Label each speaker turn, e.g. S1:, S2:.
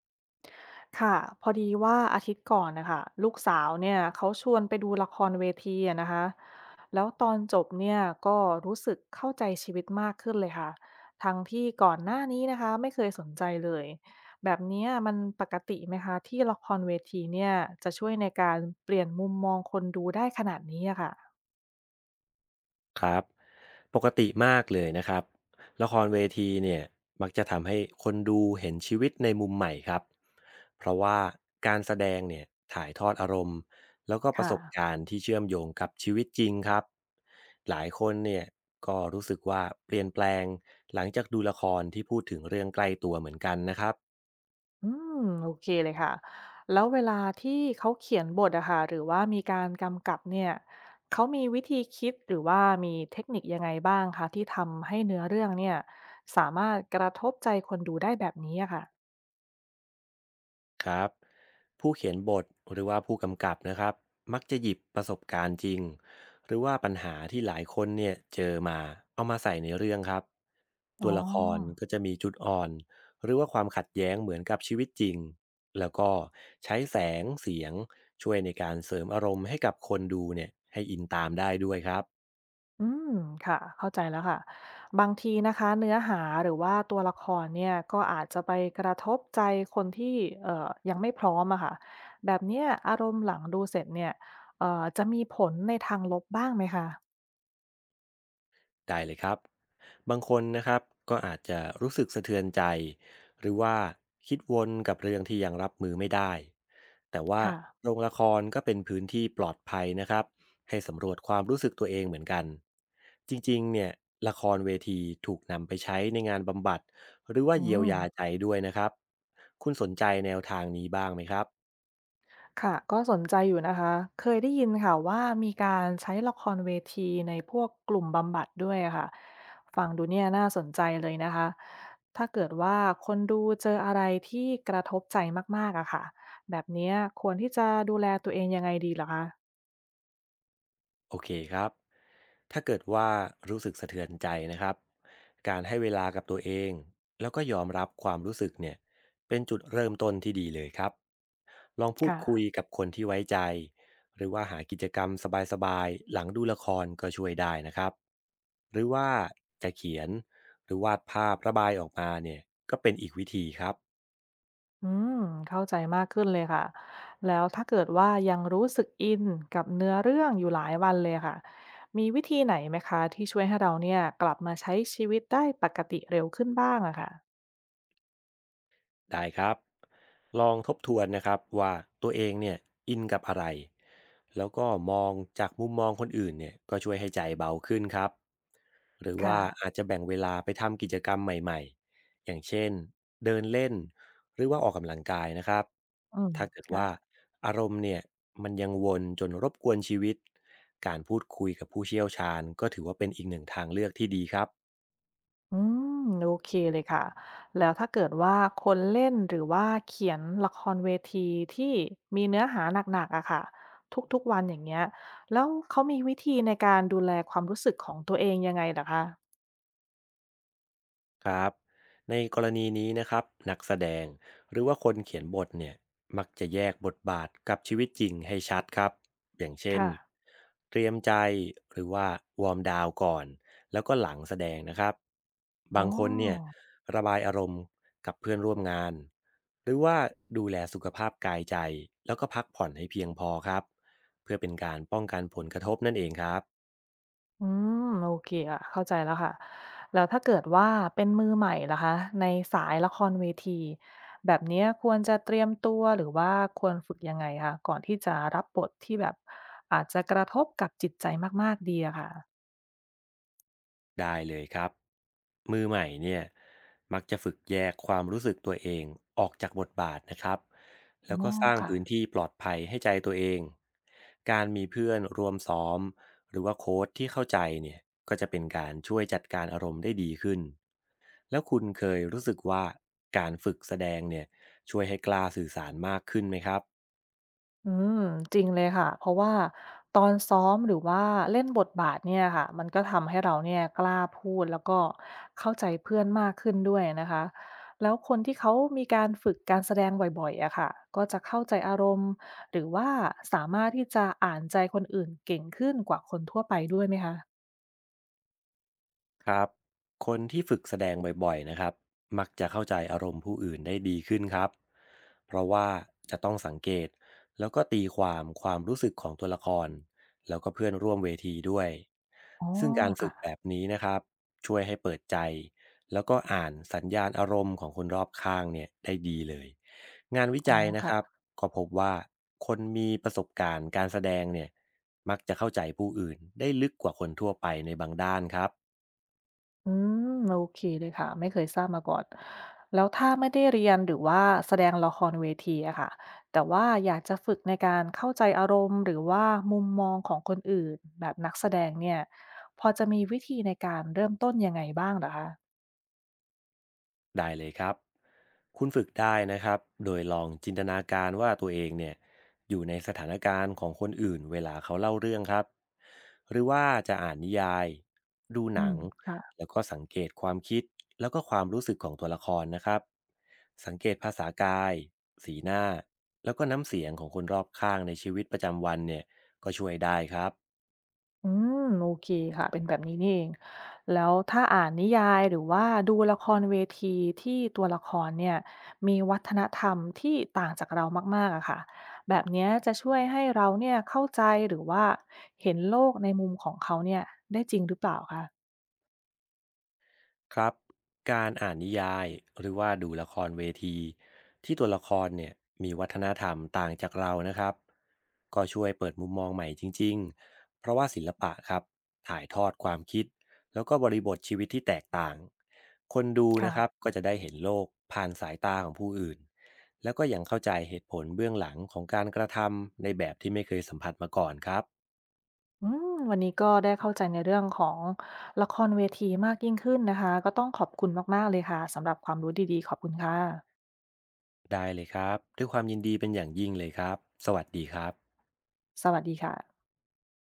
S1: ค่ะพอดีว่าอาทิตย์ก่อนนะคะลูกสาวเนี่ยเขาชวนไปดูละครเวทีอะนะคะแล้วตอนจบเนี่ยก็รู้สึกเข้าใจชีวิตมากขึ้นเลยค่ะทั้งที่ก่อนหน้านี้นะคะไม่เคยสนใจเลยแบบเนี้ยมันปกติไหมคะที่ละครเวทีเนี่ยจะช่วยในการเปลี่ยนมุมมองคนดูได้ขนาดนี้อะค่ะ
S2: ครับปกติมากเลยนะครับละครเวทีเนี่ยมักจะทำให้คนดูเห็นชีวิตในมุมใหม่ครับเพราะว่าการแสดงเนี่ยถ่ายทอดอารมณ์แล้วก็ประ
S1: ค่ะ
S2: สบการณ์ที่เชื่อมโยงกับชีวิตจริงครับหลายคนเนี่ยก็รู้สึกว่าเปลี่ยนแปลงหลังจากดูละครที่พูดถึงเรื่องใกล้ตัวเหมือนกันนะครับ
S1: อืมโอเคเลยค่ะแล้วเวลาที่เขาเขียนบทอะค่ะหรือว่ามีการกำกับเนี่ยเขามีวิธีคิดหรือว่ามีเทคนิคยังไงบ้างคะที่ทำให้เนื้อเรื่องเนี่ยสามารถกระทบใจคนดูได้แบบนี้อะค่ะ
S2: ครับผู้เขียนบทหรือว่าผู้กำกับนะครับมักจะหยิบประสบการณ์จริงหรือว่าปัญหาที่หลายคนเนี่ยเจอมาเอามาใส่ในเรื่องครับ
S1: อ๋อ
S2: ตัวละครก็จะมีจุดอ่อนหรือว่าความขัดแย้งเหมือนกับชีวิตจริงแล้วก็ใช้แสงเสียงช่วยในการเสริมอารมณ์ให้กับคนดูเนี่ยให้อินตามได้ด้วยครับ
S1: อืมค่ะเข้าใจแล้วค่ะบางทีนะคะเนื้อหาหรือว่าตัวละครเนี่ยก็อาจจะไปกระทบใจคนที่ยังไม่พร้อมอะค่ะแบบเนี้ยอารมณ์หลังดูเสร็จเนี่ยจะมีผลในทางลบบ้างไหมคะ
S2: ได้เลยครับบางคนนะครับก็อาจจะรู้สึกสะเทือนใจหรือว่าคิดวนกับเรื่องที่ยังรับมือไม่ได้แต่ว่า
S1: ค่ะ
S2: โรงละครก็เป็นพื้นที่ปลอดภัยนะครับให้สำรวจความรู้สึกตัวเองเหมือนกันจริงๆเนี่ยละครเวทีถูกนำไปใช้ในงานบำบัดหรือว่า
S1: อื
S2: เยียว
S1: ม
S2: ยาใจด้วยนะครับคุณสนใจแนวทางนี้บ้างไหมครับ
S1: ค่ะ ก็สนใจอยู่นะคะ เคยได้ยินค่ะว่ามีการใช้ละครเวทีในพวกกลุ่มบำบัดด้วยอะค่ะ ฟังดูเนี่ยน่าสนใจเลยนะคะ ถ้าเกิดว่าคนดูเจออะไรที่กระทบใจมากๆอะค่ะ แบบเนี้ยควรที่จะดูแลตัวเองยังไงดีเหรอคะ
S2: โอเคครับ ถ้าเกิดว่ารู้สึกสะเทือนใจนะครับการให้เวลากับตัวเองแล้วก็ยอมรับความรู้สึกเนี่ยเป็นจุดเริ่มต้นที่ดีเลยครับลองพู
S1: ค
S2: ดคุย
S1: ่ะ
S2: กับคนที่ไว้ใจหรือว่าหากิจกรรมสบายๆหลังดูละครก็ช่วยได้นะครับหรือว่าจะเขียนหรือวาดภาพระบายออกมาเนี่ยก็เป็นอีกวิธีครับ
S1: อืมเข้าใจมากขึ้นเลยค่ะแล้วถ้าเกิดว่ายังรู้สึกอินกับเนื้อเรื่องอยู่หลายวันเลยค่ะมีวิธีไหนไหมคะที่ช่วยให้เราเนี่ยกลับมาใช้ชีวิตได้ปกติเร็วขึ้นบ้างอะค่ะ
S2: ได้ครับลองทบทวนนะครับว่าตัวเองเนี่ยอินกับอะไรแล้วก็มองจากมุมมองคนอื่นเนี่ยก็ช่วยให้ใจเบาขึ้นครับหรือ
S1: ค่ะ
S2: ว่าอาจจะแบ่งเวลาไปทำกิจกรรมใหม่ๆอย่างเช่นเดินเล่นหรือว่าออกกำลังกายนะครับ
S1: อืม
S2: ถ้าเกิด
S1: ค่ะ
S2: ว่าอารมณ์เนี่ยมันยังวนจนรบกวนชีวิตการพูดคุยกับผู้เชี่ยวชาญก็ถือว่าเป็นอีกหนึ่งทางเลือกที่ดีครับ
S1: อืมโอเคเลยค่ะแล้วถ้าเกิดว่าคนเล่นหรือว่าเขียนละครเวทีที่มีเนื้อหาหนักๆอะค่ะทุกๆวันอย่างเงี้ยแล้วเขามีวิธีในการดูแลความรู้สึกของตัวเองยังไงเหคะ
S2: ครับในกรณีนี้นะครับนักแสดงหรือว่าคนเขียนบทเนี่ยมักจะแยกบทบาทกับชีวิตจริงให้ชัดครับอย่างเช่น
S1: ค่ะ
S2: เตรียมใจหรือว่าวอร์มดาวน์ก่อนแล้วก็หลังแสดงนะครับ
S1: อ๋
S2: บางคนเนี่ย
S1: อ
S2: ระบายอารมณ์กับเพื่อนร่วมงานหรือว่าดูแลสุขภาพกายใจแล้วก็พักผ่อนให้เพียงพอครับเพื่อเป็นการป้องกันผลกระทบนั่นเองครับ
S1: อืมโอเคอะเข้าใจแล้วค่ะแล้วถ้าเกิดว่าเป็นมือใหม่ล่ะคะในสายละครเวทีแบบเนี้ยควรจะเตรียมตัวหรือว่าควรฝึกยังไงคะก่อนที่จะรับบทที่แบบอาจจะกระทบกับจิตใจมากๆดีอะค่ะ
S2: ได้เลยครับมือใหม่เนี่ยมักจะฝึกแยกความรู้สึกตัวเองออกจากบทบาทนะครับแล้ว
S1: อ๋อ
S2: ก็สร้าง
S1: ค่ะ
S2: พื้นที่ปลอดภัยให้ใจตัวเองการมีเพื่อนรวมซ้อมหรือว่าโค้ชที่เข้าใจเนี่ยก็จะเป็นการช่วยจัดการอารมณ์ได้ดีขึ้นแล้วคุณเคยรู้สึกว่าการฝึกแสดงเนี่ยช่วยให้กล้าสื่อสารมากขึ้นไหมครับ
S1: อืมจริงเลยค่ะเพราะว่าตอนซ้อมหรือว่าเล่นบทบาทเนี่ยค่ะมันก็ทำให้เราเนี่ยกล้าพูดแล้วก็เข้าใจเพื่อนมากขึ้นด้วยนะคะแล้วคนที่เขามีการฝึกการแสดงบ่อยๆอะค่ะก็จะเข้าใจอารมณ์หรือว่าสามารถที่จะอ่านใจคนอื่นเก่งขึ้นกว่าคนทั่วไปด้วยไหมคะ
S2: ครับคนที่ฝึกแสดงบ่อยๆนะครับมักจะเข้าใจอารมณ์ผู้อื่นได้ดีขึ้นครับเพราะว่าจะต้องสังเกตแล้วก็ตีความความรู้สึกของตัวละครแล้วก็เพื่อนร่วมเวทีด้วย
S1: อ๋อ
S2: ซึ่งการฝึ
S1: ค่ะ
S2: กแบบนี้นะครับช่วยให้เปิดใจแล้วก็อ่านสัญญาณอารมณ์ของคนรอบข้างเนี่ยได้ดีเลยงานวิ
S1: อ๋อ
S2: จัยนะครับ
S1: ค่ะ
S2: ก็พบว่าคนมีประสบการณ์การแสดงเนี่ยมักจะเข้าใจผู้อื่นได้ลึกกว่าคนทั่วไปในบางด้านครับ
S1: อืมโอเคเลยค่ะไม่เคยทราบมาก่อนแล้วถ้าไม่ได้เรียนหรือว่าแสดงละครเวทีอะค่ะแต่ว่าอยากจะฝึกในการเข้าใจอารมณ์หรือว่ามุมมองของคนอื่นแบบนักแสดงเนี่ยพอจะมีวิธีในการเริ่มต้นยังไงบ้างเหรอคะ
S2: ได้เลยครับคุณฝึกได้นะครับโดยลองจินตนาการว่าตัวเองเนี่ยอยู่ในสถานการณ์ของคนอื่นเวลาเขาเล่าเรื่องครับหรือว่าจะอ่านนิยายดู
S1: อื
S2: หนั
S1: ม
S2: ง
S1: ค่ะ
S2: แล้วก็สังเกตความคิดแล้วก็ความรู้สึกของตัวละครนะครับสังเกตภาษากายสีหน้าแล้วก็น้ำเสียงของคนรอบข้างในชีวิตประจำวันเนี่ยก็ช่วยได้ครับ
S1: อืมโอเคค่ะเป็นแบบนี้นี่เองแล้วถ้าอ่านนิยายหรือว่าดูละครเวทีที่ตัวละครเนี่ยมีวัฒนธรรมที่ต่างจากเรามากๆอะค่ะแบบเนี้ยจะช่วยให้เราเนี่ยเข้าใจหรือว่าเห็นโลกในมุมของเขาเนี่ยได้จริงหรือเปล่าคะ
S2: ครับการอ่านนิยายหรือว่าดูละครเวทีที่ตัวละครเนี่ยมีวัฒนธรรมต่างจากเรานะครับก็ช่วยเปิดมุมมองใหม่จริงๆเพราะว่าศิลปะครับถ่ายทอดความคิดแล้วก็บริบทชีวิตที่แตกต่างคนดูนะ
S1: ค่ะ
S2: ครับก็จะได้เห็นโลกผ่านสายตาของผู้อื่นแล้วก็ยังเข้าใจเหตุผลเบื้องหลังของการกระทำในแบบที่ไม่เคยสัมผัสมาก่อนครับ
S1: อืมวันนี้ก็ได้เข้าใจในเรื่องของละครเวทีมากยิ่งขึ้นนะคะก็ต้องขอบคุณมากๆเลยค่ะสำหรับความรู้ดีๆขอบคุณค่ะ
S2: ได้เลยครับด้วยความยินดีเป็นอย่างยิ่งเลยครับสวัสดีครับ
S1: สวัสดีค่ะ